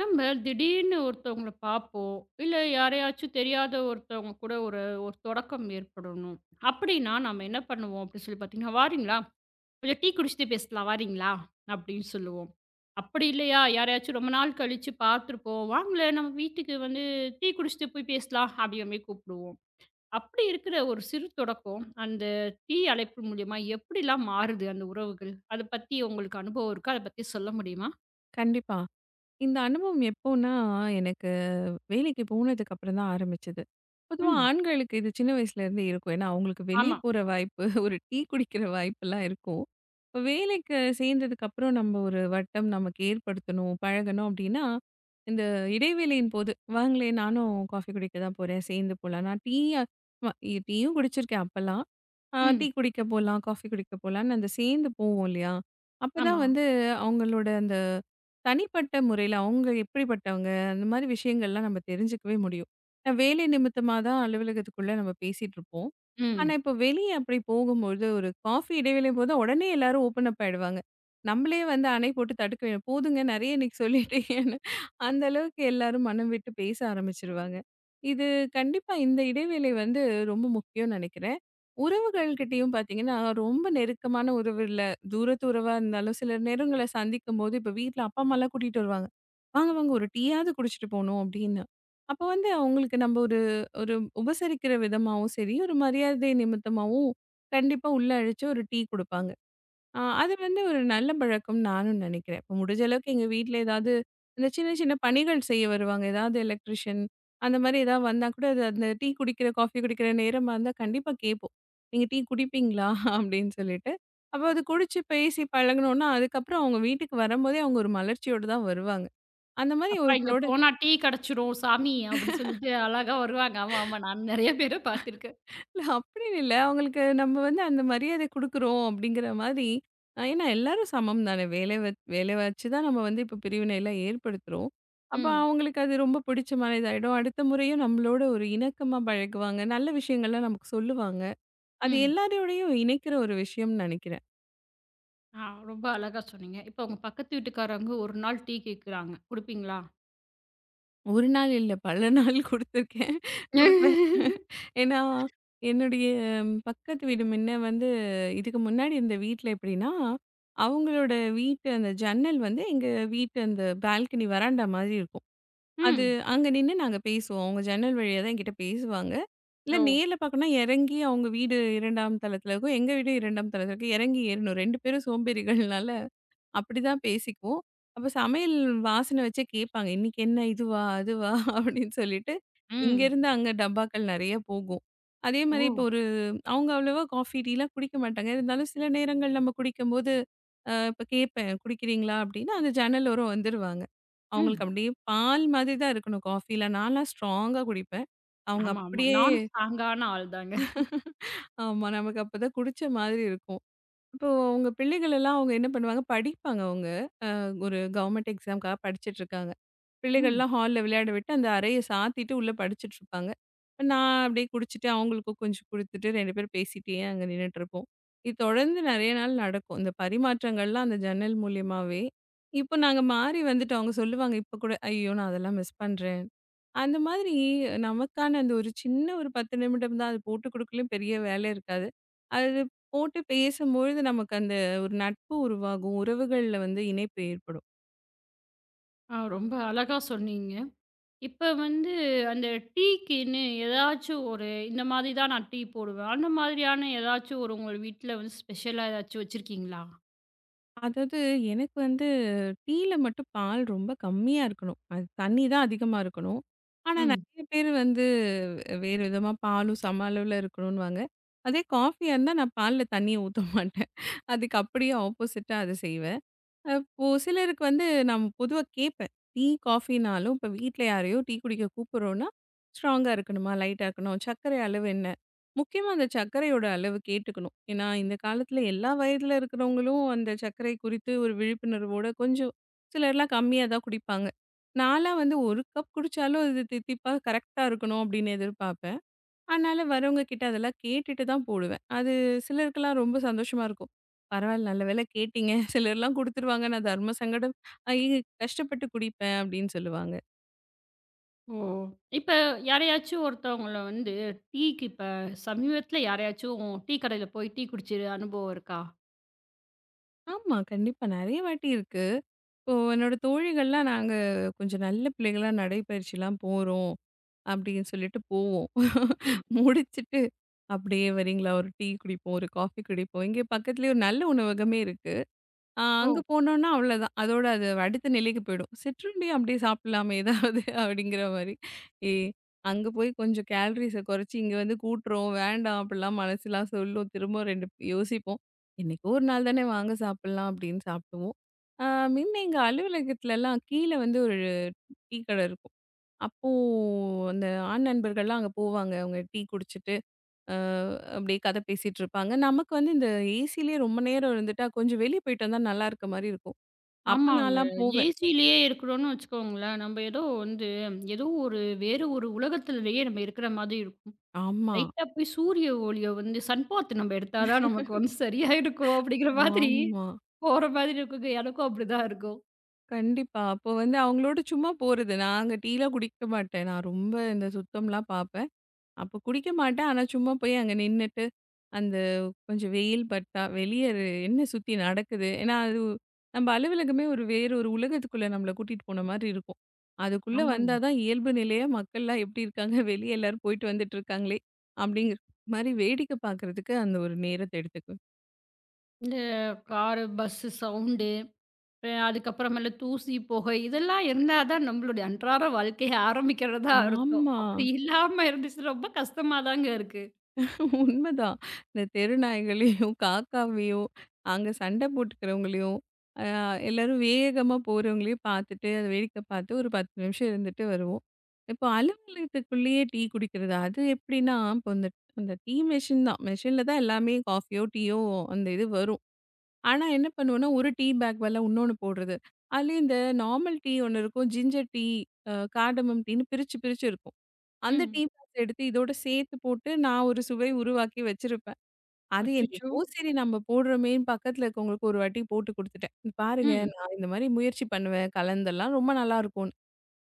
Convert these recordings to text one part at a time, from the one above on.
நம்ம திடீர்னு ஒருத்தவங்கள பார்ப்போம். இல்ல யாரையாச்சும் தெரியாத ஒருத்தவங்க கூட ஒரு ஒரு தொடக்கம் ஏற்படணும். அப்படின்னா நம்ம என்ன பண்ணுவோம் அப்படின்னு சொல்லி பார்த்தீங்கன்னா, "வாரீங்களா? கொஞ்சம் டீ குடிச்சுட்டு பேசலாம் வாரீங்களா?" அப்படின்னு சொல்லுவோம். அப்படி இல்லையா யாரையாச்சும் ரொம்ப நாள் கழிச்சு பார்த்துருப்போம். "வாங்களேன் நம்ம வீட்டுக்கு வந்து டீ குடிச்சுட்டு போய் பேசலாம்." அப்படிங்கிற மாரி கூப்பிடுவோம். அப்படி இருக்கிற ஒரு சிறு தொடக்கம், அந்த டீ அழைப்பு மூலியமா எப்படிலாம் மாறுது அந்த உறவுகள்? அத பத்தி உங்களுக்கு அனுபவம் இருக்கா? அத பத்தி சொல்ல முடியுமா? கண்டிப்பா. இந்த அனுபவம் எப்போன்னா, எனக்கு வேலைக்கு போனதுக்கு அப்புறம் தான் ஆரம்பிச்சது. பொதுவா ம். ஆண்களுக்கு இது சின்ன வயசுலேருந்தே இருக்கும். ஏன்னா, அவங்களுக்கு வெளிய ஆமா. போற வாய்ப்பு, ஒரு டீ குடிக்கிற வாய்ப்பெல்லாம் இருக்கும். இப்ப வேலைக்கு சேர்ந்ததுக்கு அப்புறம் நம்ம ஒரு வட்டம் நமக்கு ஏற்படுத்தணும், பழகணும் அப்டின்னா, இந்த இடைவேளையின் போது, "வாங்களேன் நானும் காஃபி குடிக்க தான் போறேன், சேர்ந்து போலாம்." நான் டீயா வ டீயும் குடிச்சிருக்கேன் அப்பலாம். டீ ம். குடிக்க போலாம், காஃபி குடிக்க போலான்னு அந்த சேர்ந்து போவோம் இல்லையா? அப்பதான் ஆமா. வந்து அவங்களோட அந்த தனிப்பட்ட முறையில அவங்க எப்படிப்பட்டவங்க? அந்த மாரி விஷயங்கள்லாம் நம்ம தெரிஞ்சுக்கவே முடியும். நான் வேலை நிமித்தமா தான் அலுவலகத்துக்குள்ள நம்ம பேசிட்டுருப்போம். ஆனா, ம். இப்போ வெளிய அப்படி போகும்பொழுது ஒரு காஃபி இடைவேளை போது உடனே எல்லாரும் ஓப்பன் அப் ஆயிடுவாங்க. நம்மளே வந்து அணை போட்டு தடுக்க வேணும். போதுங்க நெறைய இன்னைக்கு சொல்லிட்டீங்கன்னு. அந்த அளவுக்கு எல்லாரும் மனம் விட்டு பேச ஆரம்பிச்சுருவாங்க. இது கண்டிப்பா இந்த இடைவேளை வந்து ரொம்ப முக்கியம்னு நெனைக்கிறேன். உறவுகள் கிட்டயும் பார்த்தீங்கன்னா, ரொம்ப நெருக்கமான உறவு இல்ல. தூரத்து உறவா இருந்தாலும் சில நேரங்கள சந்திக்கும்போது, இப்ப வீட்ல அப்பா, அம்மாலாம் கூட்டிட்டு வருவாங்க. "வாங்க, வாங்க ஒரு டீயாவது குடிச்சிட்டு போணும்" அப்படின்னு. அப்போ வந்து அவங்களுக்கு நம்ம ஒரு ஒரு உபசரிக்கிற விதமாவும் சரி, ஒரு மரியாதை நிமித்தமாவும் கண்டிப்பா உள்ள அழைச்சு ஒரு டீ குடுப்பாங்க. ஆ, அது வந்து ஒரு நல்ல பழக்கம்னு நானும் நினைக்கிறேன். இப்ப முடிஞ்ச அளவுக்கு எங்க வீட்ல ஏதாவது இந்த சின்ன சின்ன பணிகள் செய்ய வருவாங்க. ஏதாவது எலக்ட்ரிஷியன் அந்த மாரி ஏதாவது வந்தா கூட அது அந்த டீ குடிக்கிற, காஃபி குடிக்கிற நேரமா இருந்தா கண்டிப்பா கேட்போம். "நீங்க டீ குடிப்பீங்களா?" அப்படின்னு சொல்லிட்டு. அப்ப அது குடிச்சு பேசி பழகுனோம்னா, அதுக்கப்புறம் அவங்க வீட்டுக்கு வரும்போதே அவங்க ஒரு மலர்ச்சியோட தான் வருவாங்க. அந்த மாரி "அப்பா இங்க ஒருத்தரோட போனா டீ கெடைச்சிரும் சாமி" அப்படி சொல்லிட்டு அழகா வருவாங்க. ஆமா, ஆமா. நான் நெறைய பேர பார்த்துருக்கேன். இல்ல அப்படின்னு இல்ல. அவங்களுக்கு நம்ம வந்து அந்த மரியாதை குடுக்குறோம் அப்படிங்கிற மாதிரி, ஏன்னா எல்லாரும் சமம் தானே. வேலை வச்சு தான் நம்ம வந்து இப்போ பிரிவினைலாம் ஏற்படுத்துறோம். அப்ப ம். அவங்களுக்கு அது ரொம்ப பிடிச்சமான இதாயிடும். அடுத்த முறையும் நம்மளோட ஒரு இணக்கமா பழகுவாங்க. நல்ல விஷயங்கள்லாம் நமக்கு சொல்லுவாங்க. அது ம். எல்லாரோடையும் இணைக்கிற ஒரு விஷயம்னு நினைக்கிறேன். ஆ, ரொம்ப அழகா சொன்னீங்க. இப்ப உங்க பக்கத்து வீட்டுக்காரங்க ஒரு நாள் டீ கேட்குறாங்க. குடுப்பீங்களா? 1 நாள் இல்ல. பல நாள் குடுத்துருக்கேன். குடுப்பேன். ஏன்னா, என்னுடைய பக்கத்து வீடு முன்ன வந்து இதுக்கு முன்னாடி இருந்த வீட்ல எப்படின்னா, அவங்களோட வீட்டு அந்த ஜன்னல் வந்து எங்க வீட்டு அந்த பால்கனி வராண்டா மாதிரி இருக்கும். அது ம். அங்க நின்னு நாங்க பேசுவோம். அவங்க ஜன்னல் வழியா தான் என்கிட்ட பேசுவாங்க. இல்ல ஓ! நேர்ல பார்க்கணும்னா இறங்கி அவங்க வீடு 2ஆம் தளத்துல இருக்கும். எங்க வீடு 2ஆம் தளத்துல இருக்கு. இறங்கி ஏறணும். 2 பேரும் சோம்பேறிகள்னால அப்படிதான் பேசிக்குவோம். அப்ப சமையல் வாசனை வச்சே கேட்பாங்க. "இன்னைக்கு என்ன இதுவா? அதுவா?" அப்படின்னு சொல்லிட்டு, ம். இங்கேருந்து அங்க டப்பாக்கள் நெறைய போகும். அதே ஓ! மாரி இப்போ ஒரு அவங்க அவ்வளவா காஃபி, டீலாம் குடிக்க மாட்டாங்க. இருந்தாலும் சில நேரங்கள் நம்ம குடிக்கும்போது, இப்ப கேட்பேன், "குடிக்கிறீங்களா?" அப்படின்னா அந்த ஜன்னல் ஓரம் வந்துருவாங்க. அவங்களுக்கு ம். அப்படியே பால் மாதிரி தான் இருக்கணும் காஃபிலாம். நான்லாம் ஸ்ட்ராங்கா குடிப்பேன். அவங்க ஆமா, ஆமா. அப்படியே நானும் ஸ்ட்ராங்கான ஆள் தாங்க. ஆமா. நமக்கு அப்பதான் குடிச்ச மாதிரி இருக்கும். இப்போ உங்க பிள்ளைகள் எல்லாம் அவங்க என்ன பண்ணுவாங்க? படிப்பாங்க அவங்க. ஒரு கவர்மெண்ட் எக்ஸாம்க்காக படிச்சுட்ருக்காங்க. ம். பிள்ளைகள்லாம் ஹால்ல விளையாட விட்டு, அந்த அறைய சாத்திட்டு உள்ள படிச்சுட்ருப்பாங்க. நான் அப்படியே குடிச்சிட்டு, அவங்களுக்கும் கொஞ்சம் குடுத்துட்டு 2 பேரும் பேசிட்டே அங்க நின்னுட்ருப்போம். இது தொடர்ந்து நெறைய நாள் நடக்கும். இந்த பரிமாற்றங்கள்லாம் அந்த ஜன்னல் மூலியமாவே. இப்போ நாங்க மாறி வந்துட்டோம். அவங்க சொல்லுவாங்க இப்ப கூட, "ஐயோ! நான் அதெல்லாம் மிஸ் பண்றேன்." அந்த மாதிரி நமக்கான அந்த ஒரு சின்ன ஒரு 10 நிமிடம் தான். அது போட்டு குடுக்கலயும் பெரிய வேலை இருக்காது. அது போட்டு பேசும்பொழுது நமக்கு அந்த ஒரு நட்பு உருவாகும். உறவுகள்ல வந்து இணைப்பு ஏற்படும். ஆ, ரொம்ப அழகா சொன்னீங்க. இப்ப வந்து அந்த டீக்குன்னு ஏதாச்சும் ஒரு இந்த மாதிரி தான் நான் டீ போடுவேன். அந்த மாதிரியான ஏதாச்சும் ஒரு உங்க வீட்ல வந்து ஸ்பெஷலா ஏதாச்சும் வச்சிருக்கீங்களா? அதாவது எனக்கு வந்து டீல மட்டும் பால் ரொம்ப கம்மியா இருக்கணும். அது தண்ணி தான் அதிகமா இருக்கணும். ஆனா ம். நெறைய பேர் வந்து வேறு விதமா பாலும் சம அளவுல இருக்கணுன்னுவாங்க. அதே காஃபியா இருந்தா நான் பால்ல தண்ணிய ஊத்த மாட்டேன். அதுக்கு அப்படியே ஆப்போசிட்டா அத செய்வேன். இப்போ சிலருக்கு வந்து நான் பொதுவா கேட்பேன். டீ, காஃபினாலும் இப்ப வீட்ல யாரையோ டீ குடிக்க கூப்பிடுறோம்னா, ஸ்ட்ராங்கா இருக்கணுமா? லைட்டா இருக்கணும். சர்க்கரை அளவு என்ன? முக்கியமா அந்த சர்க்கரையோட அளவு கேட்டுக்கணும். ஏன்னா, இந்த காலத்துல எல்லா வயதுல இருக்கிறவங்களும் அந்த சர்க்கரை குறித்து ஒரு விழிப்புணர்வோட கொஞ்சம் சிலர்லாம் கம்மியா தான் குடிப்பாங்க. நான்லாம் வந்து 1 கப் குடிச்சாலும் அது தித்திப்பா கரெக்ட்டா இருக்கணும் அப்படின்னு எதிர்பார்ப்பேன். அதனால வரவங்க கிட்ட அதெல்லாம் கேட்டுட்டு தான் போடுவேன். அது சிலருக்கெல்லாம் ரொம்ப சந்தோஷமா இருக்கும். பரவாயில்ல நல்ல வேளை கேட்டீங்க. சிலர்லாம் குடுத்துருவாங்க. நான் தர்ம சங்கடம் ஆகி கஷ்டப்பட்டு குடிப்பேன் அப்படின்னு சொல்லுவாங்க. ஓ! இப்ப யாரையாச்சும் ஒருத்தவங்கள வந்து டீக்கு இப்ப சமீபத்தில யாரையாச்சும் டீ கடையில போய் டீ குடிச்ச அனுபவம் இருக்கா? ஆமா கண்டிப்பா நெறைய வாட்டி இருக்கு. இப்போ என்னோட தோழிகள்லாம் நாங்க கொஞ்சம் நல்ல பிள்ளைகளா நடைப்பயிற்சிலாம் போறோம் அப்படின்னு சொல்லிட்டு போவோம். ம். முடிச்சுட்டு அப்படியே வரீங்களா? ஒரு டீ குடிப்போம், ஒரு காஃபி குடிப்போம். இங்கே பக்கத்துலயே ஒரு நல்ல உணவகமே இருக்கு. அங்க ஓ! போனோம்னா அவ்வளோதான். அதோட அது அடுத்த நிலைக்கு போயிடும். சிற்றுண்டி அப்படியே சாப்பிடலாமே ஏதாவது அப்படிங்கிற மாரி. ஏ அங்க போய் கொஞ்சம் கேலரீஸ குறைச்சு இங்க வந்து கூட்டுறோம், வேண்டாம் அப்படிலாம் மனசுலாம் சொல்லும். திரும்ப 2 யோசிப்போம். என்னைக்கோ ஒரு நாள் தானே வாங்க சாப்பிடலாம் அப்படின்னு சாப்பிடுவோம். ஆ முன்ன எங்க அலுவலகத்துலலாம் கீழ வந்து ஒரு டீ கடை இருக்கும். அப்போ அந்த ஆண் நண்பர்கள்லாம் அங்க போவாங்க. அவங்க டீ குடிச்சிட்டு, அ அப்படியே கதை பேசிட்டு இருப்பாங்க. நமக்கு வந்து இந்த ஏசிலேயே ரொம்ப நேரம் இருந்துட்டா கொஞ்சம் வெளிய போயிட்டு வந்தா நல்லா இருக்க மாரி இருக்கும். அப்ப ஆமாங்க. நான்லாம் போவேன். ஏசிலயே இருக்கிறோம்னு வச்சுக்கோங்களேன். நம்ம ஏதோ வந்து ஏதோ ஒரு வேறு ஒரு உலகத்திலேயே நம்ம இருக்கிற மாதிரி இருக்கும். ஆமா, லைட்டா போய் சூரிய ஒளிய வந்து சன்பாத் நம்ம எடுத்தா தான் நமக்கு வந்து சரியா இருக்கும் அப்படிங்கிற மாதிரி ஆமா. போற மாதிரி இருக்குங்க. எனக்கும் அப்படிதான் இருக்கும். கண்டிப்பா. அப்போ வந்து அவங்களோட சும்மா போறது. நான் அங்க டீலாம் குடிக்க மாட்டேன். நான் ரொம்ப இந்த சுத்தம்லாம் பார்ப்பேன். அப்போ குடிக்க மாட்டேன். ஆனா சும்மா போய் அங்க நின்னுட்டு, அந்த கொஞ்சம் வெயில் பட்டா, வெளிய என்ன சுத்தி நடக்குது? ஏன்னா, அது நம்ம அலுவலகமே ஒரு வேறு ஒரு உலகத்துக்குள்ள நம்மள கூட்டிட்டு போன மாரி இருக்கும். அதுக்குள்ள ஆமாங்க. வந்தா தான் இயல்பு நிலையா மக்கள்லாம் எப்படி இருக்காங்க? வெளிய எல்லாரும் போயிட்டு வந்துட்டு இருக்காங்களே! அப்படிங்கிற மாரி வேடிக்கை பார்க்கறதுக்கு அந்த ஒரு நேரத்த எடுத்துக்குவேன். இந்த காரு, பஸ்ஸு சவுண்டு அதுக்கப்புறமேல தூசி, புகை இதெல்லாம் இருந்தா தான் நம்மளுடைய அன்றாட வாழ்க்கைய ஆரம்பிக்கிறதா அர்த்தம். ஆமா. அப்படி இல்லாம இருந்துச்சுன்னா ரொம்ப கஷ்டமா தாங்க இருக்கு. உண்மதான். இந்த தெரு நாய்களையும், காக்காவையும், அங்க சண்டை போட்டுக்கிறவங்களையும், அ எல்லாரும் வேகமா போறவங்களையும் பார்த்துட்டு, அத வேடிக்கை பார்த்து ஒரு 10 நிமிஷம் இருந்துட்டு வருவோம். இப்போ அலுவலகத்துக்குள்ளேயே டீ குடிக்கிறது, அது எப்படின்னா, இப்போ இந்த அந்த டீ மெஷின் தான். மெஷின்ல தான் எல்லாமே காஃபியோ, டீயோ அந்த இது வரும். ஆனா என்ன பண்ணுவோம்னா, ஒரு டீ பேக் பதிலா இன்னொன்னு போடுறது. அதுலயும் இந்த நார்மல் டீ ஒண்ணு இருக்கும். ஜிஞ்சர் டீ, கார்டமம் டீன்னு பிரிச்சு, பிரிச்சு இருக்கும். அந்த டீ ம். பேக்ஸ் எடுத்து இதோட சேர்த்து போட்டு நான் ஒரு சுவை உருவாக்கி வச்சிருப்பேன். அது அச்சச்சோ! என்னைக்கோ சரி நம்ம போடுறோமேன்னு பக்கத்துல இருக்கவங்களுக்கு ஒரு வாட்டி போட்டு குடுத்துட்டேன். "பாருங்க ம். நான் இந்த மாரி முயற்சி பண்ணுவேன். கலந்தெல்லாம் ரொம்ப நல்லாருக்கும்.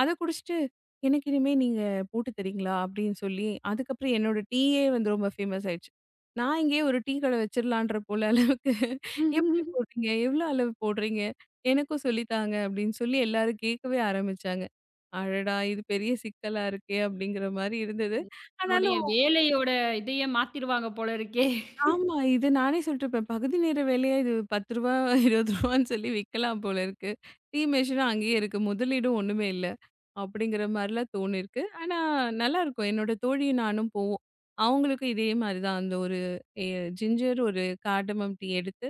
அத குடிச்சுட்டு, "எனக்கு இனிமே நீங்க போட்டு தர்றீங்களா?" அப்படின்னு சொல்லி, அதுக்கப்புறம் என்னோட டீயே வந்து ரொம்ப ஃபேமஸ் ஆயிடுச்சு. நான் இங்கேயே ஒரு டீ கடை வச்சிடலான்ற போல அளவுக்கு, "எப்படி போடுறீங்க? எவ்வளோ அளவு போடுறீங்க? எனக்கும் சொல்லித்தாங்க." அப்படின்னு சொல்லி எல்லாரும் கேட்கவே ஆரம்பிச்சாங்க. அடடா! இது பெரிய சிக்கலா இருக்கே! அப்படிங்கிற மாரி இருந்தது. உங்களுடைய ஆனாலும் வேலையோட இதையே மாத்திருவாங்க போல இருக்கே! ஆமா. இது நானே சொல்லிட்டுருப்பேன். பகுதி நேர வேலையா இது ரூ. 10 ரூ. 20ன்னு சொல்லி விக்கலாம் போல இருக்கு. டீ மெஷினும் அங்கேயே இருக்கு. முதலீடும் ஒண்ணுமே இல்ல. அப்படிங்கிற மாரிலாம் தோணியிருக்கு. ஆனா நல்லாருக்கும். என்னோட தோழியும் நானும் போவோம். அவங்களுக்கும் இதே மாரி தான். அந்த ஒரு எ ஜிஞ்சர், ஒரு கார்டமம் டீ எடுத்து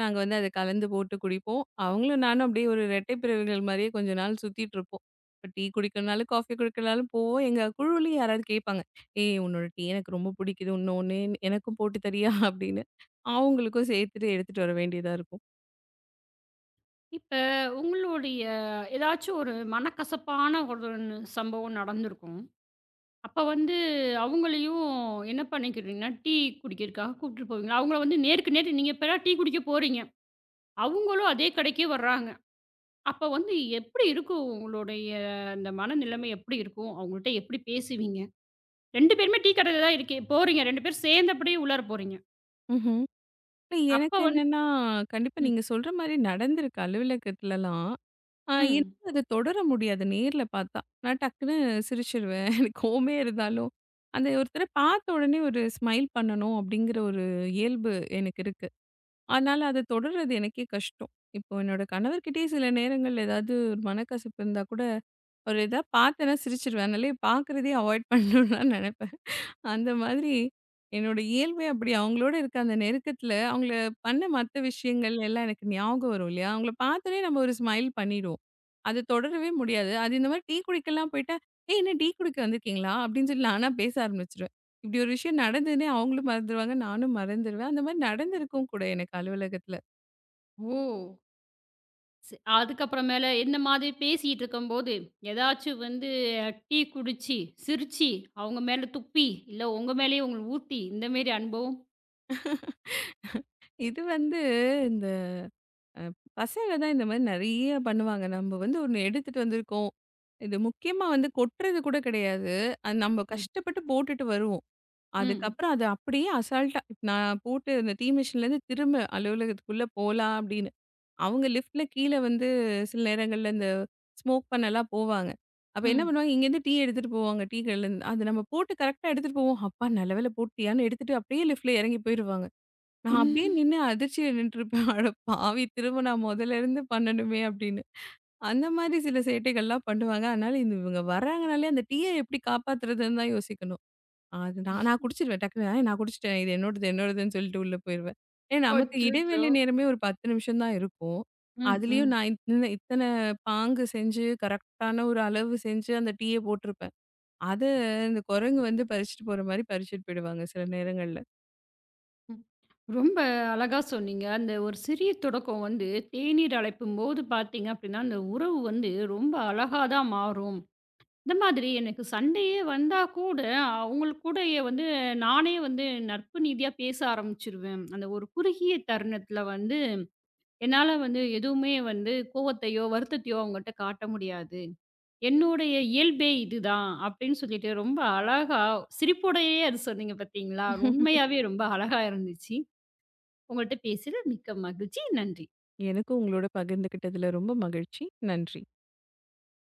நாங்க வந்து அத கலந்து போட்டு குடிப்போம். அவங்களும் நானும் அப்படியே ஒரு ரெட்டை பிறவிகள் மாரியே கொஞ்ச நாள் சுத்திட்டு இருப்போம். இப்ப டீ குடிக்கணும்னாலும், காஃபி குடிக்கணும்னாலும் போவோம். எங்க குழுவுலயும் யாராவது கேட்பாங்க. ஏய் உன்னோட டீ எனக்கு ரொம்ப பிடிக்குது இன்னொன்னு எனக்கும் போட்டு தரியா அப்படின்னு அவங்களுக்கும் சேர்த்துட்டு எடுத்துட்டு வர வேண்டியதா இருக்கும் இப்ப உங்களுடைய ஏதாச்சும் ஒரு மனக்கசப்பான ஒரு சம்பவம் நடந்திருக்கும். அப்ப வந்து அவங்களையும் என்ன பண்ணிக்கிறீங்கன்னா, டீ குடிக்கிறதுக்காக கூப்பிட்டு போவீங்களா? அவங்கள வந்து நேருக்கு நேர் நீங்க இப்பலாம் டீ குடிக்க போறீங்க. அவங்களும் அதே கடைக்கே வர்றாங்க. அப்ப வந்து எப்படி இருக்கும் உங்களுடைய அந்த மனநிலைமை எப்படி இருக்கும்? அவங்கள்ட்ட எப்படி பேசுவீங்க? 2 பேருமே டீ கடையில தான் இருக்கி போறீங்க. 2 பேரும் சேர்ந்தபடியே உள்ளார போறீங்க. ம்ஹ்ம். இப்ப எனக்கு அப்ப வந்து என்னன்னா கண்டிப்பா ம், நீங்க சொல்ற மாதிரி நடந்திருக்கு அலுவலகத்துலலாம். ஆ ம். என்னால அத தொடர முடியாது நேர்ல பார்த்தா. நான் டக்குன்னு சிரிச்சுருவேன். எனக்கு கோவமே இருந்தாலும் அந்த ஒருத்தர பார்த்த உடனே ஒரு ஸ்மைல் பண்ணணும் அப்படிங்கிற ஒரு இயல்பு எனக்கு இருக்கு. ஆனால அத தொடர்றது எனக்கே கஷ்டம். இப்போ என்னோட கணவர்கிட்டயே சில நேரங்கள்ல ஏதாவது ஒரு மனக்கசப்பு இருந்தா கூட, அவரு எதாவது பார்த்தேன்னா சிரிச்சுருவேன். அதனாலயே பார்க்குறதயே அவாய்ட் பண்ணணும்னு தான் நெனைப்பேன். அந்த மாதிரி என்னோட இயல்பே அப்படி. அவங்களோட இருக்க அந்த நெருக்கத்துல, அவங்கள பண்ண மத்த விஷயங்கள் எல்லாம் எனக்கு ஞாபகம் வரும் இல்லையா? அவங்கள பார்த்தோனே நம்ம ஒரு ஸ்மைல் பண்ணிடுவோம். அது தொடரவே முடியாது. அது இந்த மாதிரி டீ குடிக்கலாம் போயிட்டா, "ஏய் என்ன டீ குடிக்க வந்திருக்கீங்களா?" அப்படின்னு சொல்லி நானா பேச ஆரம்பிச்சுருவேன். இப்படி ஒரு விஷயம் நடந்ததுன்னே அவங்களும் மறந்துருவாங்க, நானும் மறந்துருவேன். அந்த மாதிரி நடந்திருக்கும் கூட எனக்கு அலுவலகத்துல. ஓ! ச அதுக்கப்புறம் மேல இந்த மாதிரி பேசிட்டு இருக்கும்போது, ஏதாச்சும் வந்து டீ குடிச்சு, சிரிச்சு, அவங்க மேல துப்பி, இல்ல உங்க மேலேயே உங்கள ஊத்தி இந்த மாரி அனுபவம்? இது வந்து அ பசங்க தான் இந்த மாரி நெறைய பண்ணுவாங்க. நம்ம வந்து ஒண்ணு எடுத்துட்டு வந்திருக்கோம். இது முக்கியமா வந்து கொட்டுறது கூட கிடையாது. அது நம்ம ம், கஷ்டப்பட்டு போட்டுட்டு வருவோம். ம், அதுக்கப்புறம் அது அப்படியே அசால்ட்டா நான் போட்டு இந்த டீ மிஷின்லேருந்து திரும்ப அலுவலகத்துக்குள்ள போலாம் அப்படின்னு. அவங்க லிஃப்ட்ல கீழ வந்து சில நேரங்கள்ல இந்த ஸ்மோக் பண்ணலாம் போவாங்க. அப்ப என்ன ம். பண்ணுவாங்க, இங்கேருந்து டீ எடுத்துட்டு போவாங்க. டீ கடையிலேருந்து. அது நம்ம போட்டு கரெக்ட்டா எடுத்துட்டு போவோம். "அப்பா நல்ல வேளை போட்டியான்னு" எடுத்துட்டு அப்படியே லிஃப்ட்ல இறங்கி போயிருவாங்க. நான் அப்படியே நின்னு அதிர்ச்சியில நின்றுருப்பேன். அட பாவி! திரும்ப நான் முதலருந்து பண்ணணுமே அப்படின்னு. அந்த மாதிரி சில சேட்டைகள்லாம் பண்ணுவாங்க. அதனால இந்த இவங்க வர்றாங்கனாலே அந்த டீய எப்படி காப்பாத்துறதுன்னு தான் யோசிக்கணும். அது நான் நான் குடிச்சிருவேன். டக்குனு "ஏய் நான் குடிச்சிட்டேன். இது என்னோடது, என்னோடதுன்னு" சொல்லிட்டு உள்ள போயிருவேன். ஏன்னா நமக்கு அச்சச்சோ! இடைவேளை நேரமே ஒரு 10 நிமிஷம் தான் இருக்கும். ம், அதுலயும் ம். நான் இத்தன இத்தனை பாங்கு செஞ்சு, கரெக்ட்டான ஒரு அளவு செஞ்சு அந்த டீய போட்டிருப்பேன். அத இந்த குரங்கு வந்து பறிச்சுட்டு போற மாரி பறிச்சுட்டு போயிடுவாங்க சில நேரங்கள்ல. ம். ரொம்ப அழகா சொன்னீங்க. அந்த ஒரு சிறிய தொடக்கம் வந்து தேநீர் அழைப்பும்போது பார்த்தீங்க அப்டின்னா, அந்த உறவு வந்து ரொம்ப அழகா தான் மாறும். இந்த மாதிரி எனக்கு சண்டையே வந்தா கூட, அவங்களுக்கு கூடயே வந்து நானே வந்து நட்பு ரீதியா பேச ஆரம்பிச்சுருவேன். அந்த ஒரு குறுகிய தருணத்தில வந்து என்னால வந்து எதுவுமே வந்து கோவத்தையோ, வருத்தத்தையோ அவங்ககிட்ட காட்ட முடியாது. என்னுடைய இயல்பே இதுதான் அப்டின்னு சொல்லிட்டு ரொம்ப அழகா சிரிப்போடையே அது சொன்னீங்க பார்த்தீங்களா? உண்மையாவே ரொம்ப அழகா இருந்துச்சு. உங்கள்ட்ட பேசியதில் மிக்க மகிழ்ச்சி. நன்றி. எனக்கும் உங்களோட பகிர்ந்துக்கிட்டதுல ரொம்ப மகிழ்ச்சி. நன்றி.